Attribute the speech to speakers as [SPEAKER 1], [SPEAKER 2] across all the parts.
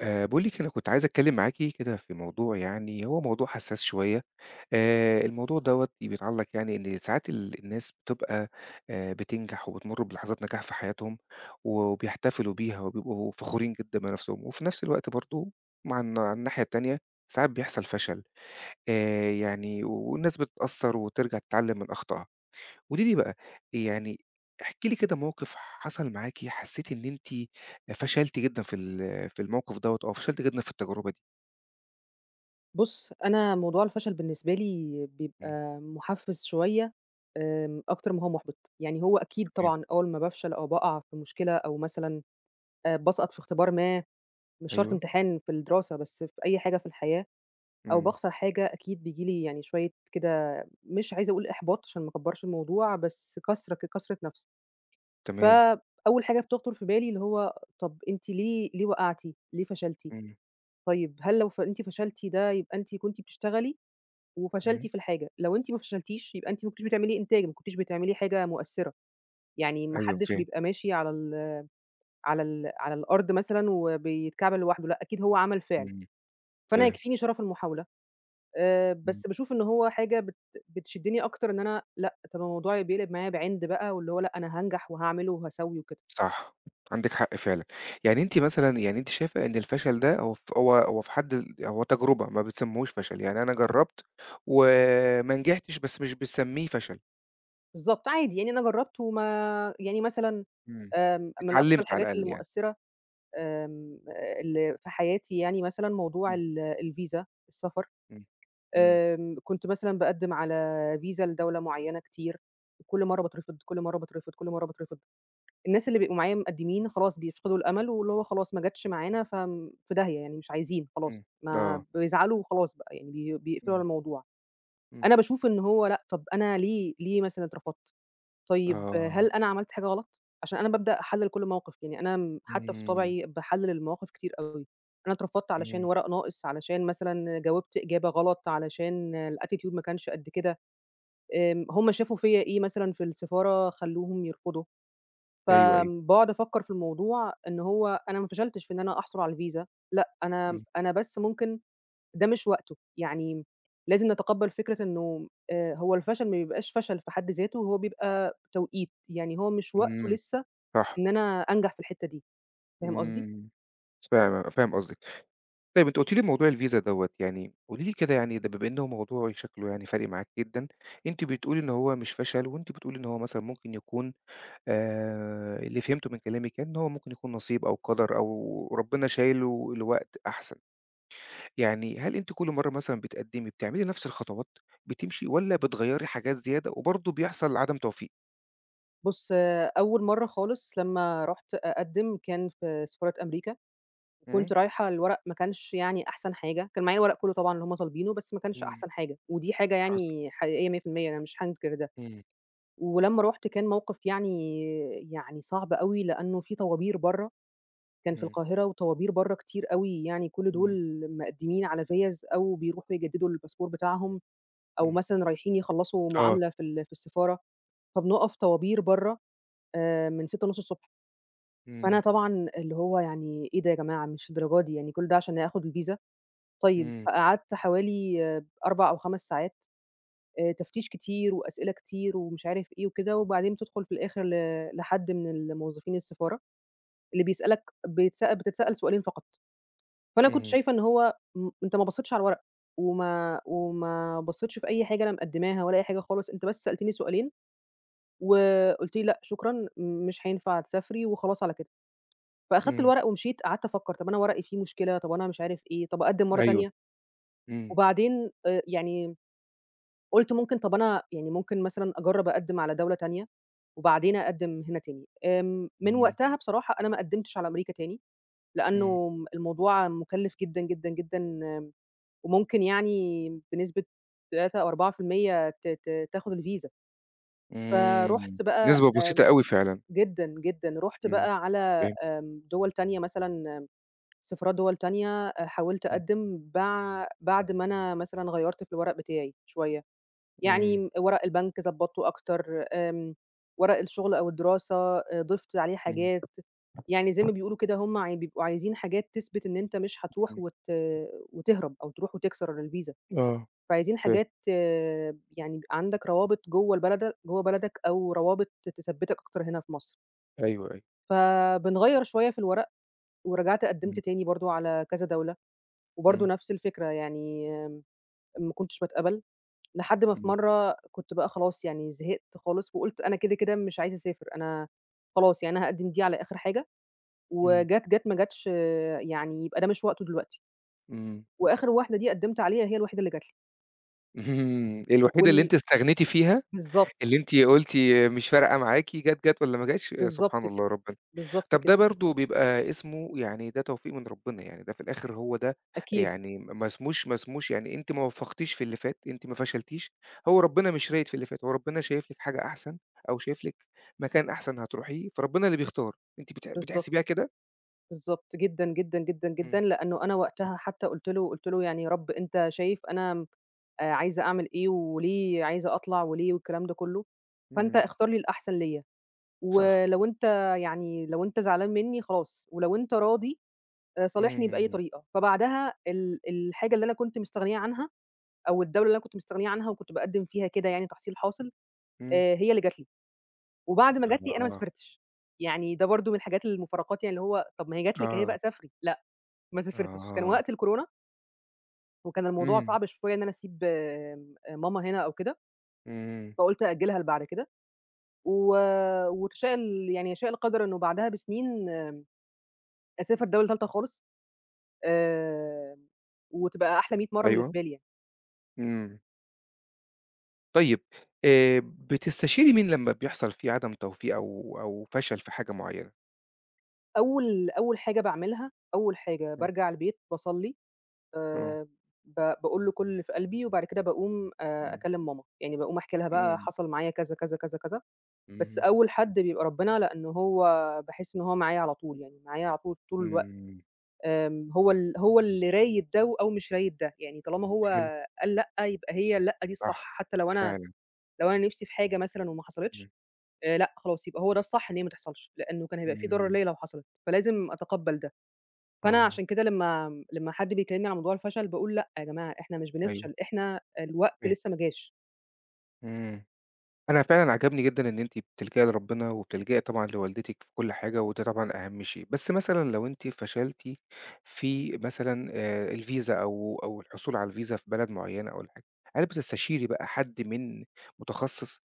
[SPEAKER 1] باقول لِك أنا كنت عايز أتكلم معاكِ كده في موضوع يعني هو موضوع حساس شوية، الموضوع دوّة بيتعلق يعني إن ساعات الناس بتبقى بتنجح وبتمر بلحظات نجاح في حياتهم، وبيحتفلوا بيها وبيبقوا فخورين جدًا بنفسهم، وفي نفس الوقت برضه مع الن على الناحية التانية ساعات بيحصل فشل، يعني والناس بتتأثر وترجع تتعلم من أخطائها. قولي لي بقى، يعني احكي لي كده موقف حصل معاكِ حسّيتِ إن أنتِ فشلتِ جدًا في الموقف دوّة أو فشلتِ جدًا في التجربة دي؟
[SPEAKER 2] بُص، أنا موضوع الفشل بالنسبة لي
[SPEAKER 1] إمم،
[SPEAKER 2] بيبقى محفّز شوية أكتر ما هو مُحبِط، يعني هو أكيد
[SPEAKER 1] تمام،
[SPEAKER 2] طبعًا أول ما بافشل أو باقع في مشكلة أو مثلًا باسقط في اختبار ما، مش شرط
[SPEAKER 1] أيوه،
[SPEAKER 2] امتحان في الدراسة بس في أي حاجة في الحياة، أو
[SPEAKER 1] إمم،
[SPEAKER 2] باخسر حاجة أكيد بييجي لي يعني شوية كده مش عايزة أقول إحباط عشان ما أكبّرش الموضوع، بس كسرة كسرة نَفْس.
[SPEAKER 1] تمام،
[SPEAKER 2] فأول حاجة بتخطر في بالي اللي هو طَب أنتِ ليه وقعتِ، ليه فشلتِ؟
[SPEAKER 1] إمم،
[SPEAKER 2] طيب هل لو أنتِ فشلتِ ده يبقى أنتِ كنتِ بتشتغلي؟ وفشلتِ
[SPEAKER 1] إمم،
[SPEAKER 2] في الحاجة، لو أنتِ ما فشلتيش يبقى أنتِ ما كنتيش بتعملي إنتاج، ما كنتيش بتعملي حاجة مؤثرة، يعني ما
[SPEAKER 1] أيوه
[SPEAKER 2] حدش
[SPEAKER 1] فاهم،
[SPEAKER 2] بيبقى ماشي على الأرض مثلًا وبيتكعبل لوحده، لأ أكيد هو عمل فعل،
[SPEAKER 1] إمم،
[SPEAKER 2] فأنا
[SPEAKER 1] فاهم،
[SPEAKER 2] يكفيني شرف المحاولة،
[SPEAKER 1] إمم،
[SPEAKER 2] بس باشوف إن هو حاجة بتشدني أكتر إن أنا لأ، طب الموضوع بيقلب معايا بعِند بقى واللي هو لأ أنا هانجح وهاعمله وهاسوي وكده،
[SPEAKER 1] صح، عندِك حق فعلًا، يعني أنتِ مثلًا يعني أنتِ شايفة إن الفشل ده هو ف هو هو في حد ال هو تجربة ما بتسميهوش فشل، يعني أنا جرّبت وما نجحتش بس مش بنسميه فشل،
[SPEAKER 2] بالضبط عادي يعني أنا جربت وما يعني مثلًا
[SPEAKER 1] إمم،
[SPEAKER 2] من أكتر
[SPEAKER 1] اتعلمت على
[SPEAKER 2] الحاجات
[SPEAKER 1] الأقل يعني،
[SPEAKER 2] المؤثرة آمم، اللي في حياتي يعني مثلًا موضوع
[SPEAKER 1] إمم،
[SPEAKER 2] الفيزا، السفر.
[SPEAKER 1] إمم، إمم.
[SPEAKER 2] كنت مثلًا باقدّم على فيزا لدولة معيّنة كتير، وكل مرّة باترفض، كل مرّة باترفض، كل مرّة باترفض. الناس اللي بيبقوا معايا مقدّمين خلاص بيفقدوا الأمل، واللي هو خلاص ما جاتش معانا فم في داهية يعني مش عايزين خلاص،
[SPEAKER 1] إمم.
[SPEAKER 2] ما
[SPEAKER 1] آه.
[SPEAKER 2] بيزعلوا وخلاص بقى يعني بي بيقفلوا على
[SPEAKER 1] إمم.
[SPEAKER 2] الموضوع.
[SPEAKER 1] إمم.
[SPEAKER 2] أنا باشوف إن هو لأ، طَب أنا ليه مثلًا اترفضت؟ طيب
[SPEAKER 1] آه.
[SPEAKER 2] هل أنا عملت حاجة غلط؟ عشان أنا بابدأ أحلّل كل موقف، يعني أنا م حتى في
[SPEAKER 1] إمم.
[SPEAKER 2] طبعي باحلّل المواقف كتير أوي، أنا اترفضت علشان
[SPEAKER 1] إمم.
[SPEAKER 2] ورق ناقص، علشان مثلًا جاوبت إجابة غلط، علشان الattitude ما كانش قد كده، هم شافوا فيّا إيه مثلًا في السفارة خلّوهم يرفضوا،
[SPEAKER 1] أيوه، أيوه.
[SPEAKER 2] فباقعد أفكّر في الموضوع إن هو أنا ما فشلتش في إن أنا أحصل على الفيزا، لأ، أنا
[SPEAKER 1] إمم.
[SPEAKER 2] أنا بس ممكن ده مش وقته، يعني لازم نتقبّل فكرة إنه هو الفشل ما بيبقاش فشل في حد ذاته، هو بيبقى توقيت، يعني هو مش وقته
[SPEAKER 1] إمم.
[SPEAKER 2] لسه
[SPEAKER 1] صح.
[SPEAKER 2] إن أنا أنجح في الحتّة دي، فاهم قصدي؟
[SPEAKER 1] إمم. فاهم فاهم قصدِك. طيب أنتِ قُلتِ لي موضوع الفيزا دوّة، يعني قولي لي كده يعني ده بما إنه موضوع شكله يعني فارق معاكِ جدًا، أنتِ بتقولي إن هو مش فشل وأنتِ بتقولي إن هو مثلًا ممكن يكون اللي فهمته من كلامِك يعني إن هو ممكن يكون نصيب أو قدر أو ربنا شايله لوقت أحسن. يعني هل أنتِ كل مرّة مثلًا بتقدّمي بتعملي نفس الخطوات، بتمشي والّا بتغيّري حاجات زيادة وبرضه بيحصل عدم توفيق؟
[SPEAKER 2] بُص، آه، أول مرّة خالص لمّا رُحت أقدّم كان في سفارة أمريكا،
[SPEAKER 1] إمم،
[SPEAKER 2] وكنت رايحة الورق ما كانش يعني أحسن حاجة، كان معايا الورق كلّه طبعًا اللي هُم طالبينه، بس ما كانش
[SPEAKER 1] إمم.
[SPEAKER 2] أحسن حاجة، ودي حاجة
[SPEAKER 1] حصل.
[SPEAKER 2] يعني حقيقية 100% أنا مش هانكر ده،
[SPEAKER 1] إمم،
[SPEAKER 2] ولمّا رُحت كان موقف يعني يعني صعب أوي، لإنه في طوابير برّه كان في
[SPEAKER 1] إمم،
[SPEAKER 2] القاهرة وطوابير برّه كتير أوي، يعني كل
[SPEAKER 1] إمم،
[SPEAKER 2] دول مقدّمين على فيَّز أو بيروحوا يجدّدوا الباسبور بتاعهم أو
[SPEAKER 1] إمم،
[SPEAKER 2] مثلًا رايحين يخلّصوا
[SPEAKER 1] آه.
[SPEAKER 2] معاملة في في السفارة، فبنُقف طوابير برّه من 6:30 الصبح، فأنا
[SPEAKER 1] إمم،
[SPEAKER 2] طبعًا اللي هو يعني إيه ده يا جماعة مش الدرجة دي يعني كل ده عشان آخُد الفيزا! طيب،
[SPEAKER 1] إمم،
[SPEAKER 2] فقعدت حوالي 4 أو 5 ساعات تفتيش كتير وأسئلة كتير ومش عارف إيه وكده، وبعدين بتدخُل في الآخِر لحد من الموظفين السفارة اللي بيسألك بيتسأل بتتسأل سؤالين فقط. فأنا كنت
[SPEAKER 1] إمم،
[SPEAKER 2] شايفة إن هو م أنت ما بصّيتش على الورق، وما بصّيتش في أي حاجة أنا مقدّماها ولا أي حاجة خالص، أنت بس سألتني سؤالين، وقُلت لي: "لأ شكرًا، مش هينفع تسافري." وخلاص على كده. فأخدت
[SPEAKER 1] إمم،
[SPEAKER 2] الورق ومشيت، قعدت أفكّر طَب أنا ورقي فيه مشكلة، طَب أنا مش عارف إيه، طَب أقدّم مرّة
[SPEAKER 1] أيوه،
[SPEAKER 2] تانية،
[SPEAKER 1] إمم،
[SPEAKER 2] وبعدين يعني قُلت ممكن طَب أنا يعني ممكن مثلًا أجرّب أقدّم على دولة تانية، وبعدين أقدّم هنا تاني. من
[SPEAKER 1] إمم،
[SPEAKER 2] وقتها بصراحة أنا ما قدّمتش على أمريكا تاني،
[SPEAKER 1] إمم،
[SPEAKER 2] لإنه الموضوع مُكلِّف جدًا، جدًا، جدًا وممكن يعني بنسبة 3 أو 4% ت ت تاخد الفيزا.
[SPEAKER 1] إمم،
[SPEAKER 2] فرُحت بقى
[SPEAKER 1] نسبة بسيطة أوي فعلًا،
[SPEAKER 2] جدًا، جدًا، رُحت
[SPEAKER 1] إمم،
[SPEAKER 2] بقى على
[SPEAKER 1] فهمتِك،
[SPEAKER 2] دول تانية مثلًا آم، سفارات دول تانية حاولت
[SPEAKER 1] إمم،
[SPEAKER 2] أقدّم بعد ما أنا مثلًا غيّرت في الورق بتاعي شوية،
[SPEAKER 1] إمم،
[SPEAKER 2] يعني ورق البنك ضبّطته أكتر، ورق الشغل أو الدراسة ضِفت عليه
[SPEAKER 1] إمم،
[SPEAKER 2] حاجات، يعني زي ما بيقولوا كده هم بيبقوا عايزين حاجات تثبت إن أنت مش هتروح
[SPEAKER 1] إمم،
[SPEAKER 2] وتهرب أو تروح وتكسر الفيزا.
[SPEAKER 1] آه،
[SPEAKER 2] فعايزين
[SPEAKER 1] فاهم،
[SPEAKER 2] حاجات آه، يعني يبقى عندك روابط جوّه البلد جوّه بلدك أو روابط تثبّتك أكتر هنا في مصر.
[SPEAKER 1] أيوه، أيوه،
[SPEAKER 2] فبنغيّر شوية في الورق ورجعت
[SPEAKER 1] إمم،
[SPEAKER 2] قدّمت تاني برضه على كذا دولة، وبرضه
[SPEAKER 1] إمم،
[SPEAKER 2] نفس الفكرة يعني ما كنتش باتقبل، لحد ما في
[SPEAKER 1] إمم،
[SPEAKER 2] مرّة كنت بقى خلاص يعني زهقت خالص وقُلت أنا كده، كده مش عايزة أسافر، أنا خلاص يعني أنا هاقدّم دي على آخر حاجة
[SPEAKER 1] إمم،
[SPEAKER 2] وجات، جات ما جاتش آه، يعني يبقى ده مش وقته دلوقتي،
[SPEAKER 1] إمم،
[SPEAKER 2] وآخر واحدة دي قدّمت عليها هي الوحيدة اللي جات لي
[SPEAKER 1] الوحيدة اللي
[SPEAKER 2] وال
[SPEAKER 1] أنتِ استغنيتِ فيها
[SPEAKER 2] بالضبط،
[SPEAKER 1] اللي أنتِ قُلتِ مش فارقة معاكِ جات، جات والّا ما جاتش يا سبحان
[SPEAKER 2] بالضبط
[SPEAKER 1] الله
[SPEAKER 2] كده،
[SPEAKER 1] ربنا.
[SPEAKER 2] بالضبط
[SPEAKER 1] طب
[SPEAKER 2] كده.
[SPEAKER 1] ده برضه بيبقى اسمه يعني ده توفيق من ربنا، يعني ده في الآخر هو ده
[SPEAKER 2] أكيد،
[SPEAKER 1] يعني ما اسموش يعني أنتِ ما وفّقتيش في اللي فات، أنتِ ما فشلتيش، هو ربنا مش رايد في اللي فات، هو ربنا شايف لِك حاجة أحسن أو شايف لِك مكان أحسن هتروحيه، فربنا اللي بيختار، أنتِ بتحسبيها
[SPEAKER 2] بالضبط،
[SPEAKER 1] كده؟
[SPEAKER 2] بالضبط، جدًا، جدًا، جدًا، جدًا،
[SPEAKER 1] إمم،
[SPEAKER 2] لأنه أنا
[SPEAKER 1] صح،
[SPEAKER 2] وقتها حتى قُلت له: "يعني يا رب أنت شايف أنا م عايزة أعمل إيه وليه عايزة أطلع وليه والكلام ده كُلّه، فأنت
[SPEAKER 1] إمم،
[SPEAKER 2] اختار لي الأحسن ليّا،
[SPEAKER 1] صح،
[SPEAKER 2] ولو أنت يعني لو أنت زعلان منّي خلاص، ولو أنت راضي صالحني بأي
[SPEAKER 1] إمم،
[SPEAKER 2] طريقة." فبعدها الحاجة اللي أنا كنت مستغنية عنها أو الدولة اللي أنا كنت مستغنية عنها وكنت باقدّم فيها كده يعني تحصيل حاصل،
[SPEAKER 1] إمم،
[SPEAKER 2] هي اللي جات لي. وبعد ما جات لي أنا ما
[SPEAKER 1] آه،
[SPEAKER 2] سافرتش، يعني ده برضه من الحاجات المفارقات يعني اللي هو طَب ما هي جات لِك أهي
[SPEAKER 1] آه،
[SPEAKER 2] بقى سافري، لأ ما سافرتش، كان
[SPEAKER 1] آه،
[SPEAKER 2] وقت الكورونا وكان الموضوع
[SPEAKER 1] إمم،
[SPEAKER 2] صعب شوية إن أنا أسيب ماما هنا أو كده،
[SPEAKER 1] إمم،
[SPEAKER 2] فقُلت أأجلها لبعد كده، و وتشاء ال يعني يشاء القدر إنه بعدها بسنين أسافر دولة تالتة خالص، آمم، وتبقى أحلى 100 مرّة من اللي في
[SPEAKER 1] أيوه،
[SPEAKER 2] بالي يعني.
[SPEAKER 1] إمم. طيب بتستشيري مين لمّا بيحصل في عدم توفيق أو فشل في حاجة معيّنة؟
[SPEAKER 2] أول أول حاجة باعملها، أول حاجة
[SPEAKER 1] إمم،
[SPEAKER 2] بارجع البيت باصلّي
[SPEAKER 1] آه،
[SPEAKER 2] آآ ب باقول له كل اللي في قلبي، وبعد كده باقوم
[SPEAKER 1] إمم،
[SPEAKER 2] أكلّم ماما، يعني باقوم أحكي لها بقى
[SPEAKER 1] إمم،
[SPEAKER 2] حصل معايا كذا، كذا، كذا، كذا، بس
[SPEAKER 1] إمم،
[SPEAKER 2] أول حد بيبقى ربنا، لإن هو باحس إن هو معايا على طول، يعني معايا على طول، طول الوقت،
[SPEAKER 1] إمم،
[SPEAKER 2] هو هو اللي رايد ده و أو مش رايد ده، يعني طالما هو
[SPEAKER 1] حلو،
[SPEAKER 2] قال لأ، يبقى هي اللأ دي الصح،
[SPEAKER 1] صح
[SPEAKER 2] حتى لو أنا
[SPEAKER 1] فعلًا،
[SPEAKER 2] لو أنا نِفْسي في حاجة مثلًا وما
[SPEAKER 1] إمم،
[SPEAKER 2] حصلتش، لأ خلاص يبقى هو ده الصح إن هي ما تحصلش، لإنه كان هيبقى في ضرر
[SPEAKER 1] إمم،
[SPEAKER 2] ليّا لو حصلت، فلازم أتقبّل ده. فأنا
[SPEAKER 1] آه،
[SPEAKER 2] عشان كده لمّا حد بيكلمني على موضوع الفشل باقول لأ يا جماعة إحنا مش
[SPEAKER 1] أيوه
[SPEAKER 2] بنفشل، إحنا الوقت
[SPEAKER 1] فاهم،
[SPEAKER 2] لسه ما جاش.
[SPEAKER 1] إمم، أنا فعلًا عجبني جدًا إن أنتِ بتلجئي لربنا وبتلجئي طبعًا لوالدتِك في كل حاجة، وده طبعًا أهم شيء، بس مثلًا لو أنتِ فشلتِ في مثلًا الفيزا أو الحصول على الفيزا في بلد معيّنة أو الحاجة، هل بتستشيري بقى حد من متخصص؟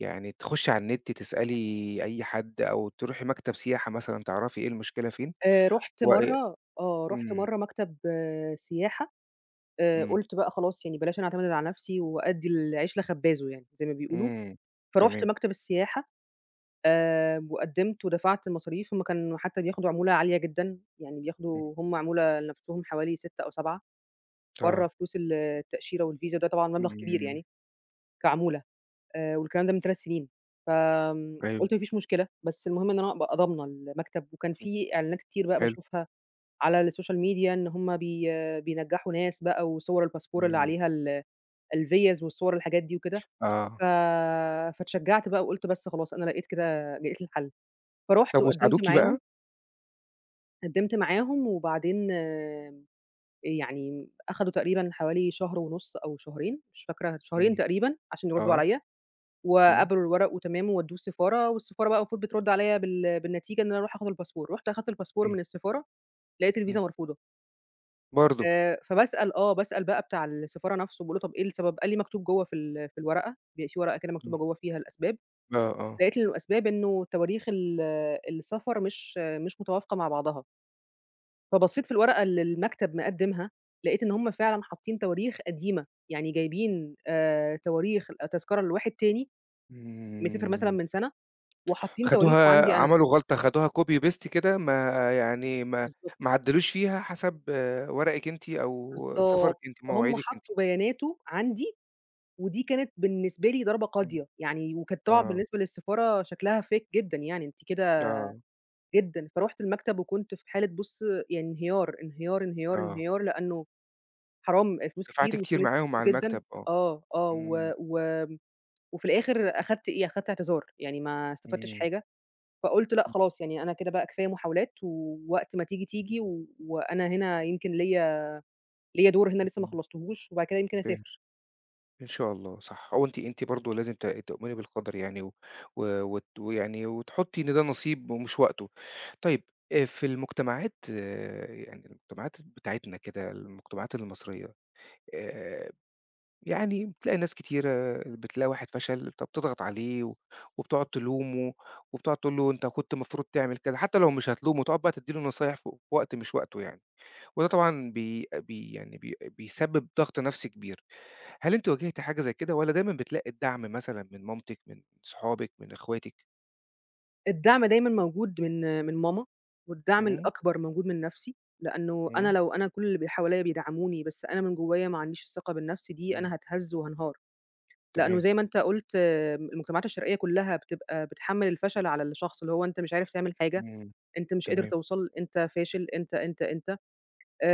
[SPEAKER 1] يعني تخشي على النت تسألي أي حد أو تروحي مكتب سياحة مثلًا تعرفي إيه المشكلة فين
[SPEAKER 2] رُحت
[SPEAKER 1] و
[SPEAKER 2] مرّة
[SPEAKER 1] إمم،
[SPEAKER 2] مكتب سياحة،
[SPEAKER 1] إمم،
[SPEAKER 2] قُلت بقى خلاص يعني بلاش أنا أعتمد على نفسي وأدّي العيش لخبازه يعني زي ما بيقولوا،
[SPEAKER 1] إمم،
[SPEAKER 2] فرُحت
[SPEAKER 1] تمام،
[SPEAKER 2] مكتب السياحة وقدّمت ودفعت المصاريف، هم كانوا حتى بياخدوا عمولة عالية جدًا، يعني
[SPEAKER 1] إمم،
[SPEAKER 2] بياخدوا هم عمولة لنفسهم حوالي 6 أو 7 برّه
[SPEAKER 1] آه،
[SPEAKER 2] فلوس التأشيرة والفيزا وده طبعًا
[SPEAKER 1] إمم،
[SPEAKER 2] مبلغ
[SPEAKER 1] إمم،
[SPEAKER 2] كبير
[SPEAKER 1] إمم،
[SPEAKER 2] يعني كعمولة. والكلام ده من 3 سنين، فآمم
[SPEAKER 1] أيوه،
[SPEAKER 2] قُلت ما فيش مشكلة، بس المهم إن أنا أبقى ضامنة المكتب، وكان
[SPEAKER 1] إمم،
[SPEAKER 2] في إعلانات كتير بقى
[SPEAKER 1] حلو،
[SPEAKER 2] باشوفها على الSocial Media إن هُم بينجّحوا ناس بقى وصور الباسبور اللي
[SPEAKER 1] إمم،
[SPEAKER 2] عليها الفيَّز والصور الحاجات دي وكده،
[SPEAKER 1] آه،
[SPEAKER 2] ف فاتشجّعت بقى وقُلت بس خلاص أنا لقيت كده لقيت الحل، فرُحت
[SPEAKER 1] طب وساعدوكِ
[SPEAKER 2] وقدّمت
[SPEAKER 1] بقى؟
[SPEAKER 2] معاهم، قدّمت معاهم وبعدين يعني أخدوا تقريبًا حوالي شهر ونُص أو شهرين، مش فاكرة، شهرين
[SPEAKER 1] إمم،
[SPEAKER 2] تقريبًا عشان يردّوا
[SPEAKER 1] آه،
[SPEAKER 2] عليَّ.
[SPEAKER 1] إمم،
[SPEAKER 2] وقبلوا الورق وتمام وودّوه السفارة، والسفارة بقى المفروض بترُد عليَّ بالنتيجة إن أنا أروح آخُد الباسبور، رُحت أخدت الباسبور
[SPEAKER 1] إمم،
[SPEAKER 2] من السفارة، لقيت
[SPEAKER 1] إمم،
[SPEAKER 2] الفيزا مرفوضة،
[SPEAKER 1] برضه،
[SPEAKER 2] فباسأل آه، باسأل بقى بتاع السفارة نَفْسه باقول له: "طَب إيه السبب؟" قال لي: "مكتوب جوّه في في الورقة." بيبقى في ورقة كده
[SPEAKER 1] إمم،
[SPEAKER 2] مكتوبة جوّه فيها الأسباب،
[SPEAKER 1] آه، آه،
[SPEAKER 2] لقيت إن الأسباب إنه تواريخ السفر مش متوافقة مع بعضها، فبصّيت في الورقة اللي المكتب مقدّمها، لقيت إن هم فعلًا حاطّين تواريخ قديمة، يعني جايبين تواريخ التذكرة لواحد تاني مسافر مثلًا
[SPEAKER 1] إمم،
[SPEAKER 2] من سَنة وحاطّين تواريخه
[SPEAKER 1] خدوها
[SPEAKER 2] عندي أنا.
[SPEAKER 1] عملوا غلطة خدوها copy paste كده ما
[SPEAKER 2] كده،
[SPEAKER 1] يعني ما ما
[SPEAKER 2] بالضبط،
[SPEAKER 1] عدلوش فيها حسب ورقِك أنتِ أو سفرِك
[SPEAKER 2] بالضبط،
[SPEAKER 1] أنتِ،
[SPEAKER 2] فهُم
[SPEAKER 1] مواعيدِك أنتِ،
[SPEAKER 2] حطّوا بياناته عندي، ودي كانت بالنسبة لي ضربة
[SPEAKER 1] إمم،
[SPEAKER 2] قاضية، يعني وكانت طبعًا
[SPEAKER 1] آه.
[SPEAKER 2] بالنسبة للسفارة شكلها fake جدًا يعني، أنتِ كده
[SPEAKER 1] آه،
[SPEAKER 2] جدًا، فرُحت المكتب وكنت في حالة بُص يعني انهيار، انهيار، انهيار،
[SPEAKER 1] آه،
[SPEAKER 2] انهيار، لأنه حرام فلوس
[SPEAKER 1] دفعت
[SPEAKER 2] كتير
[SPEAKER 1] كتير
[SPEAKER 2] واستنيت
[SPEAKER 1] معاهم على
[SPEAKER 2] كتير جدًا
[SPEAKER 1] المكتب آه،
[SPEAKER 2] آه، آه،
[SPEAKER 1] إمم،
[SPEAKER 2] و و وفي الآخر أخدت إيه، أخدت اعتذار، يعني ما استفدتش
[SPEAKER 1] إمم،
[SPEAKER 2] حاجة، فقُلت لأ
[SPEAKER 1] إمم،
[SPEAKER 2] خلاص يعني أنا كده بقى كفاية محاولات، ووقت ما تيجي، تيجي، و وأنا هنا يمكن ليّا دور هنا لسه ما
[SPEAKER 1] إمم،
[SPEAKER 2] خلّصتهوش وبعد كده يمكن
[SPEAKER 1] فاهم،
[SPEAKER 2] أسافر.
[SPEAKER 1] إن شاء الله صح، هو أنتِ أنتِ برضه لازم تؤمني بالقدر يعني و و وت ويعني وتحطي إن ده نصيب ومش وقته. طيب في المجتمعات يعني المجتمعات بتاعتنا كده، المجتمعات المصرية آآ يعني بتلاقي ناس كتيرة بتلاقي واحد فشل فبتضغط عليه وبتقعد تلومه وبتقعد تقول له أنت كنت المفروض تعمل كذا، حتى لو مش هتلومه تقعد بقى تدّي له نصايح في وقت مش وقته يعني. وده طبعًا بي بي يعني بي بيسبب ضغط نفسي كبير. هل أنتِ واجهتِ حاجة زي كده والّا دايمًا بتلاقي الدعم مثلًا من مامتِك، من صحابِك، من إخواتِك؟
[SPEAKER 2] الدعم دايمًا موجود من ماما، والدعم
[SPEAKER 1] إمم،
[SPEAKER 2] الأكبر موجود من نَفْسي، لإنه أنا
[SPEAKER 1] إمم،
[SPEAKER 2] لو أنا كل اللي ب حواليّا بيدعموني بس أنا من جوّايا ما عنديش الثقة بالنَفْس دي،
[SPEAKER 1] إمم،
[SPEAKER 2] أنا هاتهز وهانهار. لإنه
[SPEAKER 1] تمام،
[SPEAKER 2] زي ما أنت قُلت آه، المجتمعات الشرقية كلّها بتبقى بتحمّل الفشل على الشخص، اللي هو أنت مش عارف تعمل حاجة،
[SPEAKER 1] إمم،
[SPEAKER 2] أنت مش قادر
[SPEAKER 1] تمام،
[SPEAKER 2] توصل، أنت فاشل، أنت، أنت، أنت.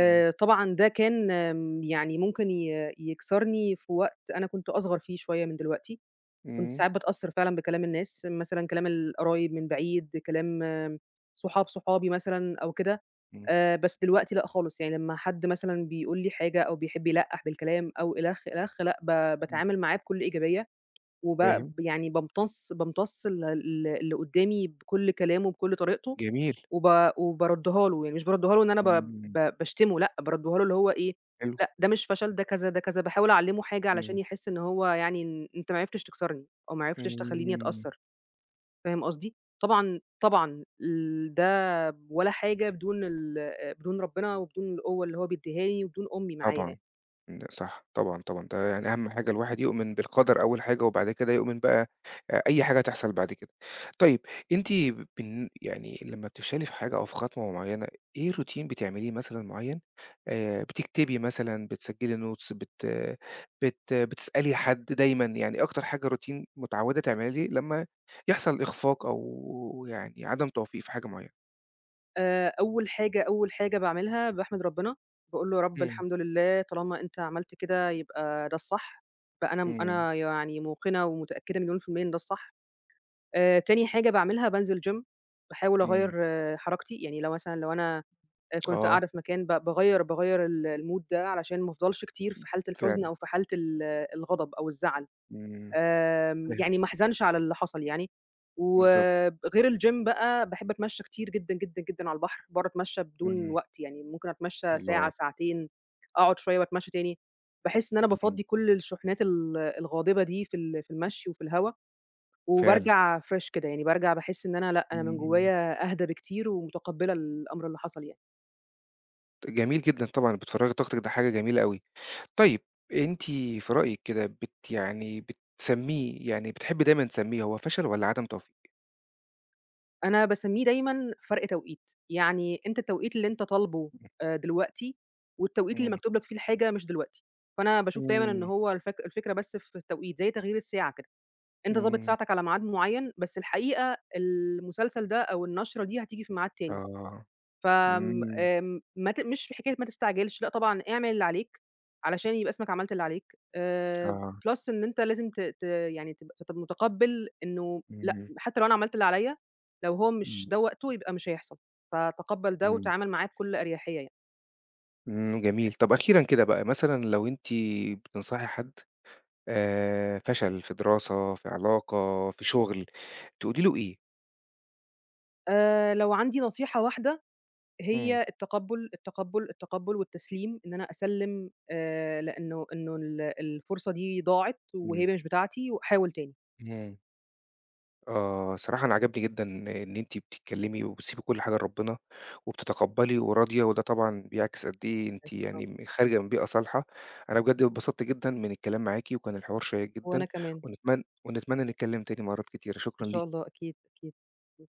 [SPEAKER 1] إمم،
[SPEAKER 2] طبعًا ده كان يعني ممكن يكسرني في وقت أنا كنت أصغر فيه شوية من دلوقتي. كنت
[SPEAKER 1] إمم،
[SPEAKER 2] ساعات باتأثّر فعلًا بكلام الناس، مثلًا كلام القرايب من بعيد، كلام صحابي مثلًا أو كده،
[SPEAKER 1] إمم،
[SPEAKER 2] بس دلوقتي لأ خالص، يعني لمّا حد مثلًا بيقول لي حاجة أو بيحب يلقّح بالكلام أو إلَخ، إلَخ لأ
[SPEAKER 1] إمم،
[SPEAKER 2] باتعامل معاه بكل إيجابية. وب
[SPEAKER 1] فاهم،
[SPEAKER 2] ب يعني بامتص ال ال اللي قدّامي بكل كلامه، بكل طريقته،
[SPEAKER 1] جميل،
[SPEAKER 2] وب وباردّها له، يعني مش باردّها له إن أنا ب
[SPEAKER 1] إمم،
[SPEAKER 2] ب باشتمه لأ، باردّها له اللي هو إيه،
[SPEAKER 1] حلو،
[SPEAKER 2] لأ ده مش فشل، ده كذا، ده كذا، باحاول أعلّمه حاجة
[SPEAKER 1] إمم،
[SPEAKER 2] علشان يحس إن هو يعني إن أنت ما عرفتش تكسرني، أو ما عرفتش تخلّيني
[SPEAKER 1] إمم،
[SPEAKER 2] أتأثّر، فاهم قصدي؟ طبعًا، طبعًا ده ولا حاجة بدون بدون ربنا، وبدون القوة اللي هو بيدّيها لي، وبدون أمي معايا
[SPEAKER 1] طبعًا.
[SPEAKER 2] يعني.
[SPEAKER 1] ده صح، طبعًا، طبعًا، ده يعني أهم حاجة الواحد يؤمن بالقدر أول حاجة، وبعد كده يؤمن بقى أي حاجة هتحصل بعد كده. طيب أنتِ يعني لمّا بتفشلي في حاجة أو في خطوة معيّنة، إيه routine بتعمليه مثلًا معيّن؟ بتكتبي مثلًا، بتسجّلي notes، بت بت بتسألي حد دايمًا، يعني أكتر حاجة routine متعوّدة تعمليه لمّا يحصل إخفاق أو يعني عدم توفيق في حاجة معيّنة؟
[SPEAKER 2] أول حاجة، أول حاجة باعملها باحمد ربنا، باقول له: "يا رب
[SPEAKER 1] إمم،
[SPEAKER 2] الحمد لله طالما أنت عملت كده يبقى ده الصح." فأنا م
[SPEAKER 1] إمم،
[SPEAKER 2] أنا يعني موقنة ومتأكدة مليون في المِيّة إن ده الصح. تاني حاجة باعملها بانزل gym، باحاول أغيّر
[SPEAKER 1] إمم،
[SPEAKER 2] حركتي، يعني لو أنا كنت
[SPEAKER 1] آه،
[SPEAKER 2] قاعدة في مكان ب باغيّر باغيّر الmood ده علشان ما أفضلش كتير في حالة الحزن
[SPEAKER 1] فعلًا،
[SPEAKER 2] أو في حالة الغضب أو الزعل.
[SPEAKER 1] إمم، فاهم،
[SPEAKER 2] يعني ما احزنش على اللي حصل يعني،
[SPEAKER 1] بالضبط،
[SPEAKER 2] وغير الgym بقى باحب أتمشى كتير جدًا، جدًا، جدًا على البحر، باقعد أتمشى بدون
[SPEAKER 1] إمم.
[SPEAKER 2] وقت يعني ممكن أتمشى ساعة،
[SPEAKER 1] الله!
[SPEAKER 2] ساعتين، أقعد شوية وأتمشى تاني، باحس إن أنا
[SPEAKER 1] إمم،
[SPEAKER 2] بافضّي كل الشحنات الغاضبة دي في في المشي وفي الهوا،
[SPEAKER 1] فعلًا،
[SPEAKER 2] وبارجع fresh كده، يعني بارجع باحس إن أنا لأ، أنا
[SPEAKER 1] إمم،
[SPEAKER 2] من
[SPEAKER 1] إمم،
[SPEAKER 2] جوايا أهدى بكتير ومتقبّلة الأمر اللي حصل يعني.
[SPEAKER 1] جميل جدًا طبعًا بتفرّغي طاقتِك ده حاجة جميلة أوي. طيب أنتِ في رأيِك كده يعني بتسمّيه يعني بتحبّي دايمًا تسمّيه هو فشل والّا عدم توفيق؟
[SPEAKER 2] أنا باسمّيه دايمًا فرق توقيت، يعني أنت التوقيت اللي أنت طالبه دلوقتي، والتوقيت اللي
[SPEAKER 1] إمم،
[SPEAKER 2] مكتوب لك فيه الحاجة مش دلوقتي، فأنا باشوف دايمًا إن
[SPEAKER 1] إمم،
[SPEAKER 2] هو الفكرة بس في التوقيت، زي تغيير الساعة كده، أنت ضابط
[SPEAKER 1] إمم،
[SPEAKER 2] ساعتك على ميعاد معيّن، بس الحقيقة المسلسل ده أو النشرة دي هتيجي في ميعاد تاني.
[SPEAKER 1] آه،
[SPEAKER 2] فآمم،
[SPEAKER 1] إمم،
[SPEAKER 2] آمم، ما ت مش حكاية ما تستعجلش، لأ طبعًا اعمل اللي عليك، علشان يبقى اسمك عملت اللي عليك،
[SPEAKER 1] آه،
[SPEAKER 2] plus إن أنت لازم ت ت يعني تبقى متقبّل إنه لأ،
[SPEAKER 1] إمم،
[SPEAKER 2] حتى لو أنا عملت اللي عليَّ، لو هو
[SPEAKER 1] إمم،
[SPEAKER 2] مش ده وقته يبقى مش هيحصل، فتقبّل ده
[SPEAKER 1] إمم،
[SPEAKER 2] وتعامل معاه بكل أريحية يعني.
[SPEAKER 1] إمم، جميل. طَب أخيرًا كده بقى مثلًا لو أنتِ بتنصحي حد فشل في دراسة، في علاقة، في شغل، تقولي له إيه؟
[SPEAKER 2] لو عندي نصيحة واحدة
[SPEAKER 1] إمم،
[SPEAKER 2] هي التقبُّل، التقبُّل، التقبُّل والتسليم، إن أنا أسلِّم لإنه الفرصة دي ضاعت وهي
[SPEAKER 1] إمم،
[SPEAKER 2] مش بتاعتي وأحاول تاني.
[SPEAKER 1] إمم. آه، صراحة أنا عجبني جدًا إن أنتِ بتتكلّمي وبتسيبي كل حاجة لربنا، وبتتقبّلي وراضية، وده طبعًا بيعكس قد إيه أنتِ
[SPEAKER 2] آه،
[SPEAKER 1] يعني خارجة من بيئة صالحة. أنا بجد اتبسطت جدًا من الكلام معاكِ، وكان الحوار شيّق جدًا،
[SPEAKER 2] وأنا كمان.
[SPEAKER 1] ونتمنى نتكلّم تاني مرّات كتيرة،
[SPEAKER 2] إن
[SPEAKER 1] شكرًا
[SPEAKER 2] شاء
[SPEAKER 1] ليكِ.
[SPEAKER 2] الله أكيد، أكيد.